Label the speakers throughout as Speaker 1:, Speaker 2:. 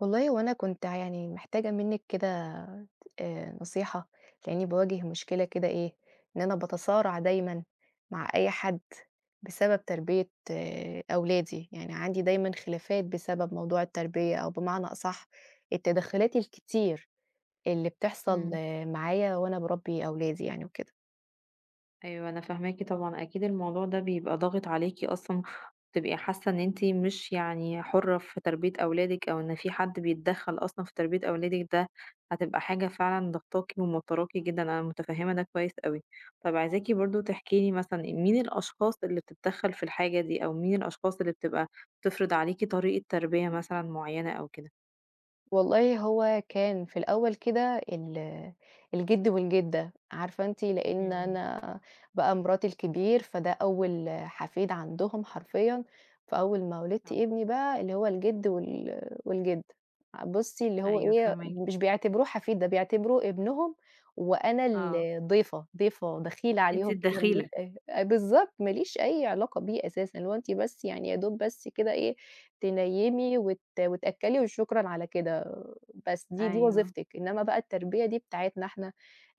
Speaker 1: والله هو أنا كنت يعني محتاجة منِّك كده نصيحة، لإنّي باواجه مشكلة كده إيه، إن أنا باتصارع دايمًا مع أي حد بسبب تربية أولادي، يعني عندي دايمًا خلافات بسبب موضوع التربية أو بمعنى أصح التدخلات الكتير اللي بتحصل
Speaker 2: إمم،
Speaker 1: معايا وأنا باربي أولادي يعني وكده.
Speaker 2: أيوه أنا فاهماكِ طبعًا، أكيد الموضوع ده بيبقى ضاغط عليكِ أصلًا، بتبقي حاسة إن أنتِ مش يعني حُرة في تربية أولادِك، أو إن في حد بيتدخّل أصلًا في تربية أولادِك ده هتبقى حاجة فعلًا ضاغطاكِ وموتّراكِ جدًا، أنا متفهمة ده كويس أوي. طَب عايزاكِ برضه تحكي لي مثلًا مين الأشخاص اللي بتتدخّل في الحاجة دي، أو مين الأشخاص اللي بتبقى بتفرض عليكِ طريقة تربية مثلًا معيّنة أو كده؟
Speaker 1: والله هو كان في الأول كده الجِد والجِدة، عارفة أنتِ لإن
Speaker 2: إمم، إمم.
Speaker 1: أنا بقى مراتي الكبير، فده أول حفيد عندهم حرفيًا، فأول ما ولدت
Speaker 2: أو
Speaker 1: ابني بقى اللي هو الجِد والجِدة، بُصّي اللي هو
Speaker 2: أيوه
Speaker 1: إيه،
Speaker 2: فاهماكِ،
Speaker 1: مش بيعتبروه حفيد، ده بيعتبروه ابنهم وأنا
Speaker 2: آه.
Speaker 1: الضيفة، ضيفة دخيلة
Speaker 2: أنتِ
Speaker 1: عليهم كده ما ليش
Speaker 2: الدخيلة.
Speaker 1: أي آه بالضبط، ما ليش أي علاقة بيه أساسًا، اللي هو أنتِ بس يعني يا دوب بس كده إيه، تنيّمي وتأكّلي وشكرًا على كده، بس دي
Speaker 2: أيوه،
Speaker 1: وظيفتِك، إنّما بقى التربية دي بتاعتنا إحنا،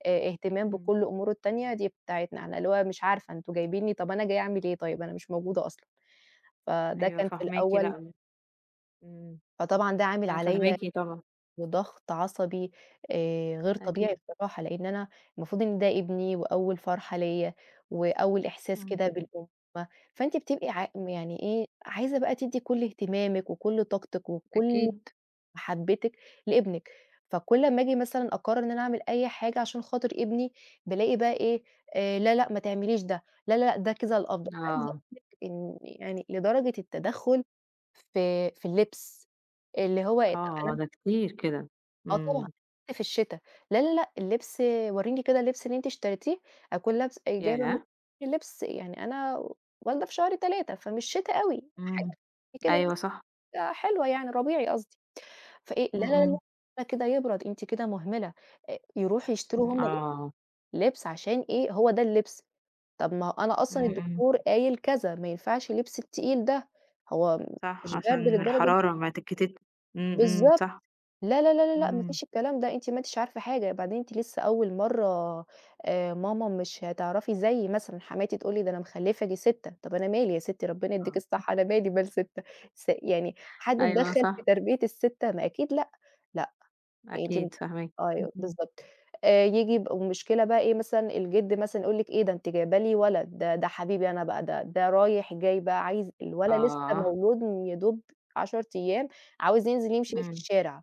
Speaker 1: اهتمام
Speaker 2: إمم،
Speaker 1: بكل أموره التانية دي بتاعتنا إحنا، اللي هو مش عارفة أنتم جايبينّي طَب أنا جاية أعمل إيه طيب، أنا مش موجودة أصلًا، فده
Speaker 2: أيوه
Speaker 1: كان في
Speaker 2: فاهماكِ،
Speaker 1: الأول
Speaker 2: لأ إمم،
Speaker 1: فطبعًا ده عامل
Speaker 2: أنا
Speaker 1: عليَّ
Speaker 2: فاهماكِ طبعًا،
Speaker 1: وضغط عصبي غير
Speaker 2: أكيد،
Speaker 1: طبيعي بصراحة، لإن أنا المفروض إن ده ابني وأول فرحة ليّا، وأول إحساس كده
Speaker 2: إمم.
Speaker 1: بالأمومة، فأنتِ بتبقي يعني إيه، عايزة بقى تدّي كل اهتمامِك وكل طاقتِك وكل
Speaker 2: أكيد،
Speaker 1: محبتِك لابنِك، فكل أمّا آجي مثلًا أقرر إن أنا أعمل أي حاجة عشان خاطر ابني، بالاقي بقى إيه، لا، لأ، ما تعمليش ده، لا، لا، لأ، ده كده الأفضل، عايزة
Speaker 2: آه،
Speaker 1: إن يعني لدرجة التدخل في اللبس، اللي هو إيه،
Speaker 2: آه،
Speaker 1: طب
Speaker 2: ده كتير كده،
Speaker 1: آه طبعًا،
Speaker 2: إمم،
Speaker 1: في الشتا. لا، لا، لأ، اللبس ورّيني كده اللبس اللي أنتِ اشتريتيه، أكون لابسة إيه، جايبة مثلًا
Speaker 2: ياه!
Speaker 1: لبس يعني أنا والدة في شهر 3 فمش شتا أوي، حاجة
Speaker 2: إمم،
Speaker 1: خفيفة كده
Speaker 2: أيوه صح،
Speaker 1: مثلًا حلوة يعني ربيعي قصدي، فإيه لا،
Speaker 2: إمم،
Speaker 1: لا، لا،
Speaker 2: إمم،
Speaker 1: ده كده يبرد، أنتِ كده مهملة، يروحوا يشتروا
Speaker 2: إمم،
Speaker 1: هُم
Speaker 2: آه،
Speaker 1: لبس عشان إيه، هو ده اللبس، طب ما هو أنا أصلًا
Speaker 2: إمم، إمم،
Speaker 1: الدكتور قايل كذا، ما ينفعش اللبس التقيل ده، هو
Speaker 2: صح
Speaker 1: مش بارد
Speaker 2: عشان
Speaker 1: للدرجة دي،
Speaker 2: الحرارة ما تتكتت إمم، إمم،
Speaker 1: بالضبط.
Speaker 2: صح،
Speaker 1: لا، لا، لا، لا، لأ، ما
Speaker 2: إمم،
Speaker 1: فيش الكلام ده، أنتِ ما أنتيش عارفة حاجة، بعدين أنتِ لسه أول مرّة ماما مش هتعرفي زيي مثلًا حماتي تقول لي: "ده أنا مخلّفة دي 6" طَب أنا مالي يا ستّي ربنا
Speaker 2: آه،
Speaker 1: يدّيكِ الصحة أنا مالي مال 6 يعني حد
Speaker 2: أيوه
Speaker 1: اتدخّل في
Speaker 2: صح،
Speaker 1: تربية ال6 ما أكيد لأ، لأ، يعني أنتِ
Speaker 2: أكيد فاهماكِ، إمم،
Speaker 1: أيوه
Speaker 2: إمم،
Speaker 1: بالضبط، ييجي يبقى والمشكلة بقى إيه مثلًا الجِد مثلًا يقول لِك: "إيه ده أنتِ جايبة لي ولد، ده حبيبي أنا بقى ده رايح جاي بقى عايز" الولد لسه
Speaker 2: آه،
Speaker 1: مولود يا دوب 10 أيام عاوز ينزل يمشي بيه في
Speaker 2: إمم،
Speaker 1: الشارع،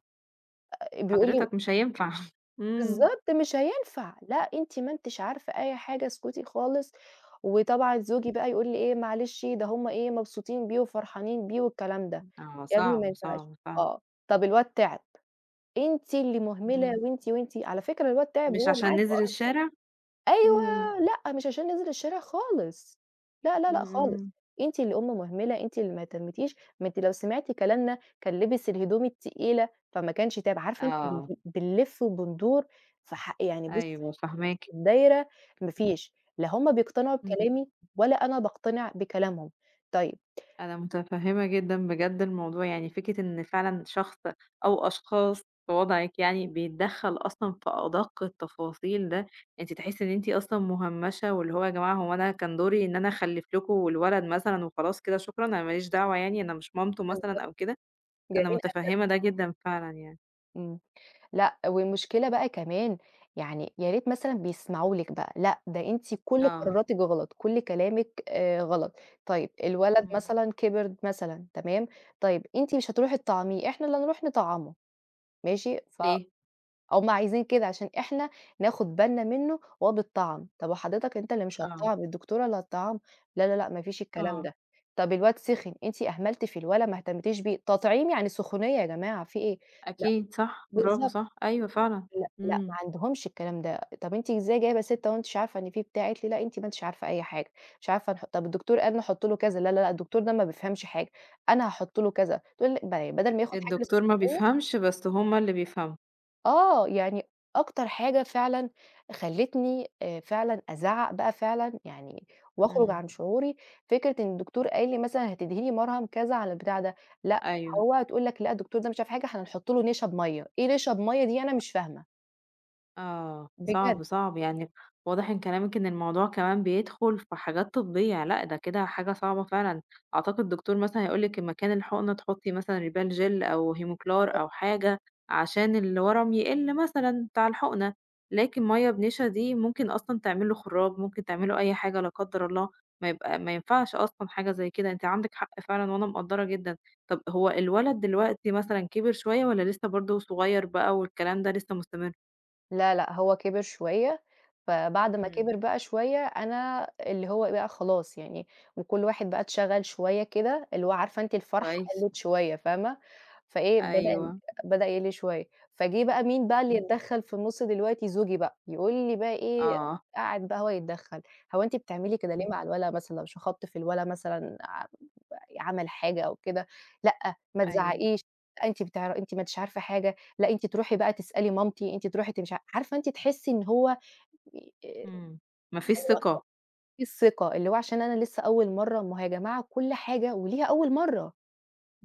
Speaker 1: بيقول لي
Speaker 2: حضرتك مش هينفع، إمم،
Speaker 1: بالضبط، مش هينفع، لأ أنتِ ما أنتِش عارفة أي حاجة، اسكتي خالص، وطبعًا زوجي بقى يقول لي إيه: "معلش ده هُم إيه مبسوطين بيه وفرحانين بيه والكلام ده."
Speaker 2: آه،
Speaker 1: يا ابني ما
Speaker 2: صعب،
Speaker 1: ينفعش
Speaker 2: صعب فعلًا،
Speaker 1: آه، طب الواد تعب، أنتِ اللي مهملة
Speaker 2: إمم،
Speaker 1: وأنتِ، وأنتِ على فكرة الواد تعب
Speaker 2: مش
Speaker 1: وهو
Speaker 2: عشان
Speaker 1: معاكم.
Speaker 2: نزل الشارع؟
Speaker 1: أيوه،
Speaker 2: إمم،
Speaker 1: لأ، مش عشان ننزل الشارع خالص، لا، لا، لأ
Speaker 2: إمم،
Speaker 1: خالص،
Speaker 2: إمم،
Speaker 1: أنتِ اللي أم مهملة، أنتِ اللي ما اهتمتيش، ما أنتِ لو سمعتِ كلامنا كان لبس الهدوم التقيلة، فما كانش تاب عارفة أنتِ
Speaker 2: آه،
Speaker 1: بنلِف وبندور في يعني بُصّي
Speaker 2: أيوه
Speaker 1: نفس
Speaker 2: فاهماكِ.
Speaker 1: الدايرة ما فيش، لا هُم بيقتنعوا
Speaker 2: إمم،
Speaker 1: بكلامي ولا أنا باقتنع بكلامهم، طيب
Speaker 2: أنا متفهمة جدًا بجد الموضوع، يعني فكرة إن فعلًا شخص أو أشخاص في وضعِك يعني بيتدخّل أصلًا في أدق التفاصيل ده، أنتِ تحسّي إن أنتِ أصلًا مهمّشة، واللي هو يا جماعة هو أنا كان دوري إن أنا أخلّف لكم الولد مثلًا وخلاص كده شكرًا، أنا ما ليش دعوة يعني أنا مش مامته
Speaker 1: بالضبط.
Speaker 2: مثلًا أو كده، أنا
Speaker 1: جميل أوي،
Speaker 2: متفهمة ده جدًا فعلًا يعني.
Speaker 1: إمم. لأ، والمشكلة بقى كمان يعني يا ريت مثلًا بيسمعوا لِك بقى، لأ ده أنتِ كل
Speaker 2: آه،
Speaker 1: قراراتِك غلط، كل كلامِك غلط، طيب الولد
Speaker 2: إمم،
Speaker 1: مثلًا كِبِر مثلًا تمام، طيب أنتِ مش هتروحي تطعّميه، إحنا اللي هنروح نطعّمه ماشي،
Speaker 2: ليه؟
Speaker 1: فهُم عايزين كده عشان إحنا ناخد بالنا منه وهو بيتطعّم، طب وحضرتك أنت اللي مش
Speaker 2: آه.
Speaker 1: هتطعّم، الدكتورة اللي هتطعّمه، لا، لا، لأ ما فيش الكلام
Speaker 2: آه،
Speaker 1: ده، طب الواد سِخِن، أنتِ أهملتِ في الولد ما اهتمتيش بيه، تطعيم يعني سخونية يا جماعة في إيه؟ لأ
Speaker 2: أكيد صح، برافو
Speaker 1: بالضبط.
Speaker 2: صح، أيوه فعلًا،
Speaker 1: لأ، لأ، ما
Speaker 2: إمم،
Speaker 1: عندهمش الكلام ده، طب أنتِ إزاي جايبة 6 وأنتِ مش عارفة إن في بتاع؟ قالت لي: "لأ، أنتِ ما أنتِش عارفة أي حاجة، مش عارفة طب الدكتور قال نحط له كذا، لا، لا، لأ، الدكتور ده ما بيفهمش حاجة، أنا هاحط له كذا." تقول لي بدل ما ياخد حاجة
Speaker 2: الدكتور ما
Speaker 1: الاستشفائية
Speaker 2: بيفهمش بس هُم اللي بيفهموا،
Speaker 1: آه، يعني أكتر حاجة فعلًا خلّتني فعلًا أزعّق بقى فعلًا يعني وأخرج
Speaker 2: إمم،
Speaker 1: عن شعوري، فكرة إن الدكتور قال لي مثلًا هتدهني مرهم كذا على البتاع ده، لأ،
Speaker 2: أيوه.
Speaker 1: هو تقول لك: "لأ، الدكتور ده مش عارف حاجة، إحنا هنحط له نشا بمَيّة." إيه نشا بمَيّة دي أنا مش فاهمة
Speaker 2: آه،
Speaker 1: بجد.
Speaker 2: صعب، صعب، يعني واضح من كلامِك إن الموضوع كمان بيدخل في حاجات طبية، لأ ده كده حاجة صعبة فعلًا، أعتقد الدكتور مثلًا هيقول لِك مكان الحقنة تحطي مثلًا ريبال جل أو هيموكلار أو حاجة عشان الورم يقل مثلًا بتاع الحقنة، لكن مَيّة بنشا دي ممكن أصلًا تعمل له خراج، ممكن تعمل له أي حاجة لا قدر الله، ما يبقى ما ينفعش أصلًا حاجة زي كده، أنتِ عندِك حق فعلًا وأنا مقدّرة جدًا. طب هو الولد دلوقتي مثلًا كبر شوية والّا لسه برضه صغير بقى والكلام ده لسه مستمر؟
Speaker 1: لا، لأ، هو كِبِر شوية، فبعد ما
Speaker 2: إمم.
Speaker 1: كِبِر بقى شوية أنا اللي هو إيه بقى خلاص يعني وكل واحد بقى اتشغَل شوية كده، اللي هو عارفة أنتِ الفرحة
Speaker 2: كويس،
Speaker 1: قَلِّت شوية فاهمة، فإيه بدأ
Speaker 2: أيوه.
Speaker 1: بدأ يقل شوية، فجِه بقى مين بقى اللي
Speaker 2: إمم.
Speaker 1: يتدخّل في النُص دلوقتي؟ زوجي بقى، يقول لي بقى إيه
Speaker 2: آه.
Speaker 1: قاعد بقى هو يتدخّل، "هو أنتِ بتعملي كده ليه
Speaker 2: إمم.
Speaker 1: مع الولد مثلًا مش هاخطِّف الولد مثلًا عمل حاجة أو كده، لأ ما
Speaker 2: أيوه.
Speaker 1: تزعّقيش، أنتِ ما أنتيش عارفة حاجة." لأ أنتِ تروحي بقى تسألي مامتي، أنتِ تروحي مش عارفة أنتِ تحسّي إن هو
Speaker 2: إمم. ما فيش ثقة.
Speaker 1: في الثقة، اللي هو عشان أنا لسه أول مرّة، ما هو يا جماعة كل حاجة وليها أول مرّة،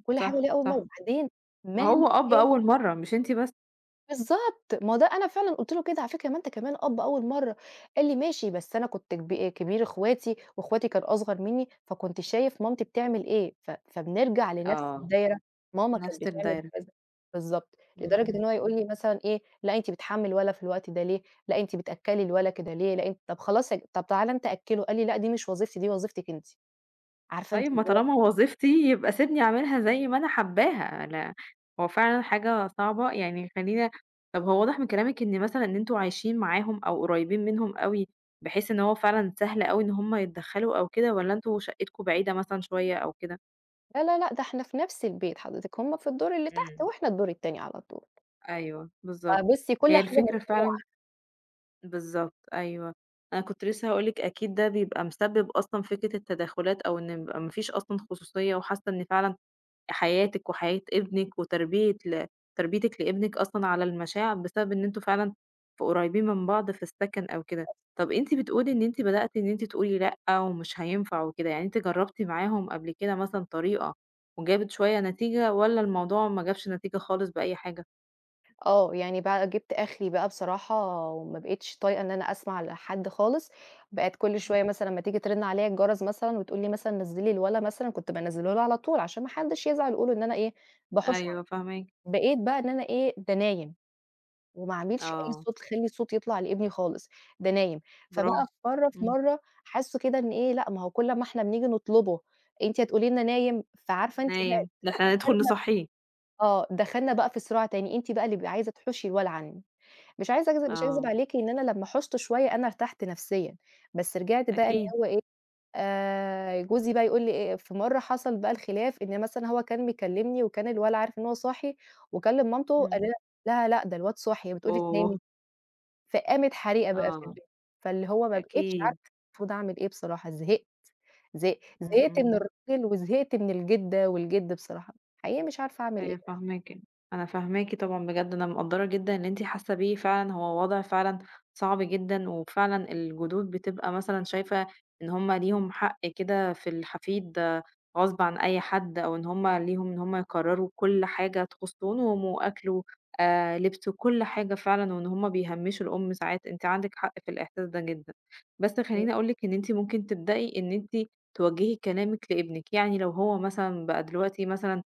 Speaker 1: كل حاجة
Speaker 2: صح،
Speaker 1: وليها أول مرّة،
Speaker 2: صح.
Speaker 1: وبعدين
Speaker 2: ما
Speaker 1: مهما
Speaker 2: هو أب
Speaker 1: كان
Speaker 2: أول مرّة مش أنتِ بس.
Speaker 1: بالضبط، ما هو ده أنا فعلًا قُلت له كده على فكرة ما أنت كمان أب أول مرّة، قال لي: "ماشي بس أنا كنت كبير أخواتي وأخواتي كان أصغر منّي، فكنت شايف مامتي بتعمل إيه، فبنرجع لنفس
Speaker 2: آه،
Speaker 1: الدايرة، ماما كانت
Speaker 2: نفس
Speaker 1: بتعمل
Speaker 2: الدايرة.
Speaker 1: كذا." بالضبط،
Speaker 2: إمم،
Speaker 1: لدرجة
Speaker 2: إمم.
Speaker 1: إن هو يقول لي مثلًا إيه: "لأ أنتِ بتحمّي الولا في الوقت ده ليه، لأ أنتِ بتأكّلي الولا كده ليه، لأ أنتِ طب خلاص يا ج طب تعالَ أنت أكّله." قال لي: "لأ دي مش وظيفتي دي وظيفتِك أنتِ." عارفة أنتِ
Speaker 2: طيب ما
Speaker 1: اللي هو
Speaker 2: طالما وظيفتي يبقى سيبني أعملها زي ما أنا حاباها، لا هو فعلًا حاجة صعبة يعني خلّينا طب هو واضح من كلامِك إن مثلًا إن أنتم عايشين معاهم أو قريبين منهم أوي، بحيث إن هو فعلًا سهل أوي إن هم يتدخّلوا أو كده والّا أنتم شقتكم بعيدة مثلًا شوية أو كده؟
Speaker 1: لا، لا، لأ ده إحنا في نفس البيت حضرتِك، هُم في الدور اللي تحت
Speaker 2: إمم.
Speaker 1: وإحنا الدور التاني على طول،
Speaker 2: أيوه، بالضبط.
Speaker 1: فبُصّي كل
Speaker 2: هي
Speaker 1: حاجة
Speaker 2: الفكرة فعلًا
Speaker 1: مسؤولة
Speaker 2: بالضبط، أيوه. أنا كنت لسه هاقول لِك أكيد ده بيبقى مسبِّب أصلًا فكرة التدخُّلات أو إن يبقى ما فيش أصلًا خصوصية وحاسة إن فعلًا حياتِك وحياة ابنِك وتربية تربيتِك لابنِك أصلًا على المشاعر بسبب إن أنتم فعلًا قريّبين من بعض في السَكَن أو كده. طَب أنتِ بتقولي إن أنتِ بدأتِ إن أنتِ تقولي لأ ومش هينفع وكده، يعني أنتِ جرّبتِ معاهم قبل كده مثلًا طريقة وجابت شوية نتيجة والّا الموضوع ما جابش نتيجة خالص بأي حاجة؟
Speaker 1: آه، يعني بقى جِبت آخري بقى بصراحة وما بقيتش طايقة إن أنا أسمع لحد خالص، بقِت كل
Speaker 2: إمم،
Speaker 1: شوية مثلًا أمّا تيجي ترن عليَّ الجَرَس مثلًا وتقول لي مثلًا نزّلي الولا مثلًا، كنت بانزّله لها على طول عشان ما حدش يزعل يقولوا إن أنا إيه، باحُش عليه،
Speaker 2: أيوه فاهماكِ.
Speaker 1: بقيت بقى إن أنا إيه، ده نايم وما أعملش أي
Speaker 2: آه،
Speaker 1: صوت، أخلّي الصوت يطلع لابني خالص، ده نايم،
Speaker 2: برافو.
Speaker 1: فبقى في مرّة في
Speaker 2: إمم،
Speaker 1: مرّة حاسّه كده إن إيه، لأ ما هو كل أمّا إحنا بنيجي نطلبه أنتِ هتقولي لنا نايم، فعارفة أنتِ بقى
Speaker 2: نايم، ده إحنا هندخل
Speaker 1: دخلنا
Speaker 2: نصحّيه،
Speaker 1: آه، دخلنا بقى في صراع تاني، أنتِ بقى اللي ب عايزة تحوشي الولا عنّي. مش عايزة أكذب مش هاكذب
Speaker 2: آه،
Speaker 1: عليكِ إن أنا لمّا حُزت شوية أنا ارتحت نفسيًا، بس رجعت بقى اللي
Speaker 2: أكيد،
Speaker 1: هو إيه، جوزي بقى يقول لي إيه في مرّة حصل بقى الخلاف إن مثلًا هو كان مكلمني وكان الولد عارف إن هو صاحي، وكلم مامته قال
Speaker 2: إمم،
Speaker 1: لها لأ ده الواد صاحي، هي بتقول لِك
Speaker 2: أوه!
Speaker 1: نامي، فقامت حريقة بقى في
Speaker 2: آه،
Speaker 1: البيت، فاللي هو ما بقيتش
Speaker 2: أكيد،
Speaker 1: عارفة المفروض أعمل إيه بصراحة، زهقت
Speaker 2: إمم،
Speaker 1: زهقت من
Speaker 2: إمم.
Speaker 1: الراجل وزهقت من الجدة والجد بصراحة، حقيقي مش عارفة أعمل
Speaker 2: أيوه
Speaker 1: إيه،
Speaker 2: فاهماكِ، أنا فاهماكِ طبعًا بجد، أنا مقدّرة جدًا اللي أنتِ حاسة بيه فعلًا، هو وضع فعلًا صعب جدًا، وفعلًا الجدود بتبقى مثلًا شايفة إن هُم ليهم حق كده في الحفيد آه، غصب عن أي حد، أو إن هُم ليهم إن هُم يقرروا كل حاجة تخص نومه، وأكله، لبسه، كل حاجة فعلًا، وإن هُم بيهمّشوا الأم ساعات، أنتِ عندِك حق في الإحساس ده جدًا. بس
Speaker 1: حقيقي.
Speaker 2: خلّيني أقول لِك إن أنتِ ممكن تبدئي إن أنتِ توجّهي كلامِك لابنِك، يعني لو هو مثلًا بقى دلوقتي مثلًا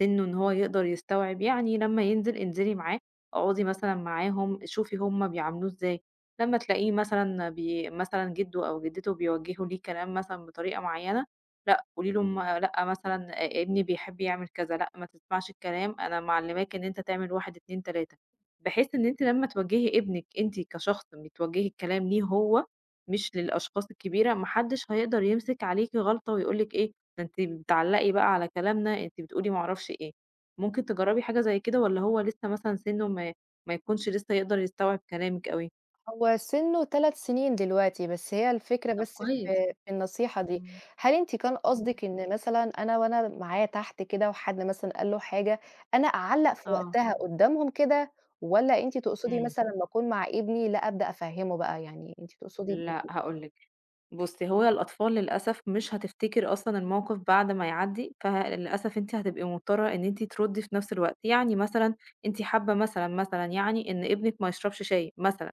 Speaker 2: سِنُّه إن هو يقدر يستوعب، يعني لمّا ينزل انزلي معاه، اقعدي مثلًا معاهم، شوفي هُم بيعاملوه إزاي، لمّا تلاقيه مثلًا مثلًا جِدُّه أو جِدِّته بيوجّهوا ليه كلام مثلًا بطريقة معيّنة، لأ، قولي له لأ مثلًا ابني بيحب يعمل كذا، لأ ما تسمعش الكلام، أنا معلّماك إن أنت تعمل 1، 2، 3 بحيث إن أنتِ لمّا توجّهي ابنِك أنتِ كشخص بتوجّهي الكلام ليه هو، مش للأشخاص الكبيرة، ما حدش هيقدر يمسك عليكِ غلطة ويقول لِك إيه، ده أنتِ بتعلّقي بقى على كلامنا، أنتِ بتقولي ما أعرفش إيه. ممكن تجرّبي حاجة زي كده والّا هو لسه مثلًا سِنُّه ما يكونش لسه يقدر يستوعب كلامِك أوي؟
Speaker 1: هو سنّه 3 سنين دلوقتي، بس هي الفكرة
Speaker 2: طب
Speaker 1: بس
Speaker 2: كويس.
Speaker 1: في النصيحة دي.
Speaker 2: إمم،
Speaker 1: هل أنتِ كان
Speaker 2: إمم.
Speaker 1: قصدِك إن مثلًا أنا وأنا معاه تحت كده وحد مثلًا قال له حاجة، أنا أعلّق في
Speaker 2: آه،
Speaker 1: وقتها قدّامهم كده، والّا أنتِ تقصدي
Speaker 2: إمم.
Speaker 1: مثلًا أمّا أكون مع ابني لأ أبدأ أفهّمه بقى، يعني أنتِ تقصدي
Speaker 2: لأ هاقول لِك بُصّي، هو الأطفال للأسف مش هتفتكر أصلًا الموقف بعد ما يعدّي، فللأسف أنتِ هتبقي مضطرة إن أنتِ تردّي في نفس الوقت، يعني مثلًا أنتِ حابة مثلًا، مثلًا يعني إن ابنِك ما يشربش شاي مثلًا،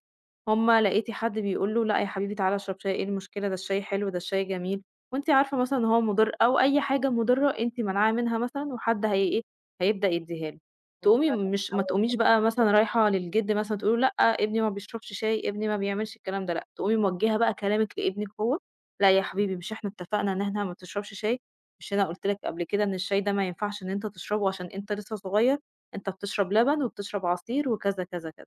Speaker 2: هم لقيتِ حد بيقول له: "لأ يا حبيبي تعالَ اشرب شاي، إيه المشكلة ده الشاي حلو، ده الشاي جميل." وأنتِ عارفة مثلًا إن هو مُضر أو أي حاجة مُضرة أنتِ مانعاه منها مثلًا وحد هي إيه، هيبدأ يدّيها له. تقومي
Speaker 1: إيه؟
Speaker 2: مش ما تقوميش بقى مثلًا رايحة للجِد مثلًا تقولي له لأ، ابني ما بيشربش شاي، ابني ما بيعملش الكلام ده لأ، تقومي موجهة بقى كلامِك لابنِك هو، لأ يا حبيبي مش إحنا اتفقنا إن إحنا ما بتشربش شاي، مش أنا قُلت لك قبل كده إن الشاي ده ما ينفعش إن أنت تشربه عشان أنت لسه صغير، أنت بتشرب لبن وبتشرب عصير وكذا، كذا، كذا.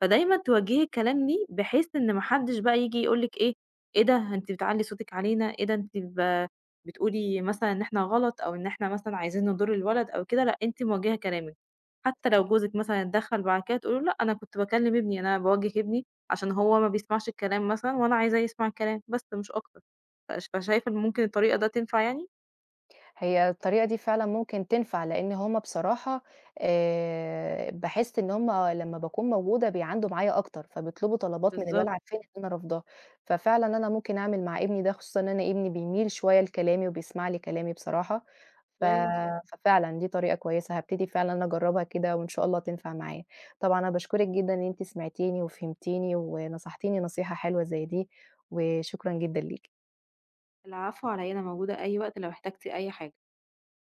Speaker 2: فدايمًا توجّهي الكلام ليه بحيث إن ما حدّش بقى ييجي يقول لِك إيه، إيه ده أنتِ بتعلّي صوتِك علينا، إيه ده أنتِ بتقولي مثلًا إن إحنا غلط أو إن إحنا مثلًا عايزين نضُر الولد أو كده، لأ أنتِ موجّهة كلامِك. حتى لو جوزِك مثلًا اتدخّل بعد كده تقولي له لأ أنا كنت باكلّم ابني، أنا باوجّه ابني عشان هو ما بيسمعش الكلام مثلًا وأنا عايزاه يسمع الكلام بس مش أكتر. فشايفة إن ممكن الطريقة ده تنفع يعني؟
Speaker 1: هي الطريقة دي فعلًا ممكن تنفع، لإن هُم بصراحة باحس إن هُم لمّا باكون موجودة بيعاندوا معايا أكتر، فبيطلبوا طلبات من
Speaker 2: بالضبط،
Speaker 1: الولع التاني اللي أنا رافضاه، ففعلًا أنا ممكن أعمل مع ابني ده، خصوصًا إن أنا ابني بيميل شوية لكلامي وبيسمع لي كلامي بصراحة، ف
Speaker 2: كويس.
Speaker 1: ففعلًا دي طريقة كويسة، هابتدي فعلًا انا أجربها كده وإن شاء الله تنفع معايا. طبعًا أنا باشكرِك جدًا إن أنتِ سمعتيني وفهمتيني ونصحتيني نصيحة حلوة زي دي، وشكرًا جدًا ليكِ.
Speaker 2: العفو على إيه، أنا موجودة أي وقت لو احتجتِ أي حاجة.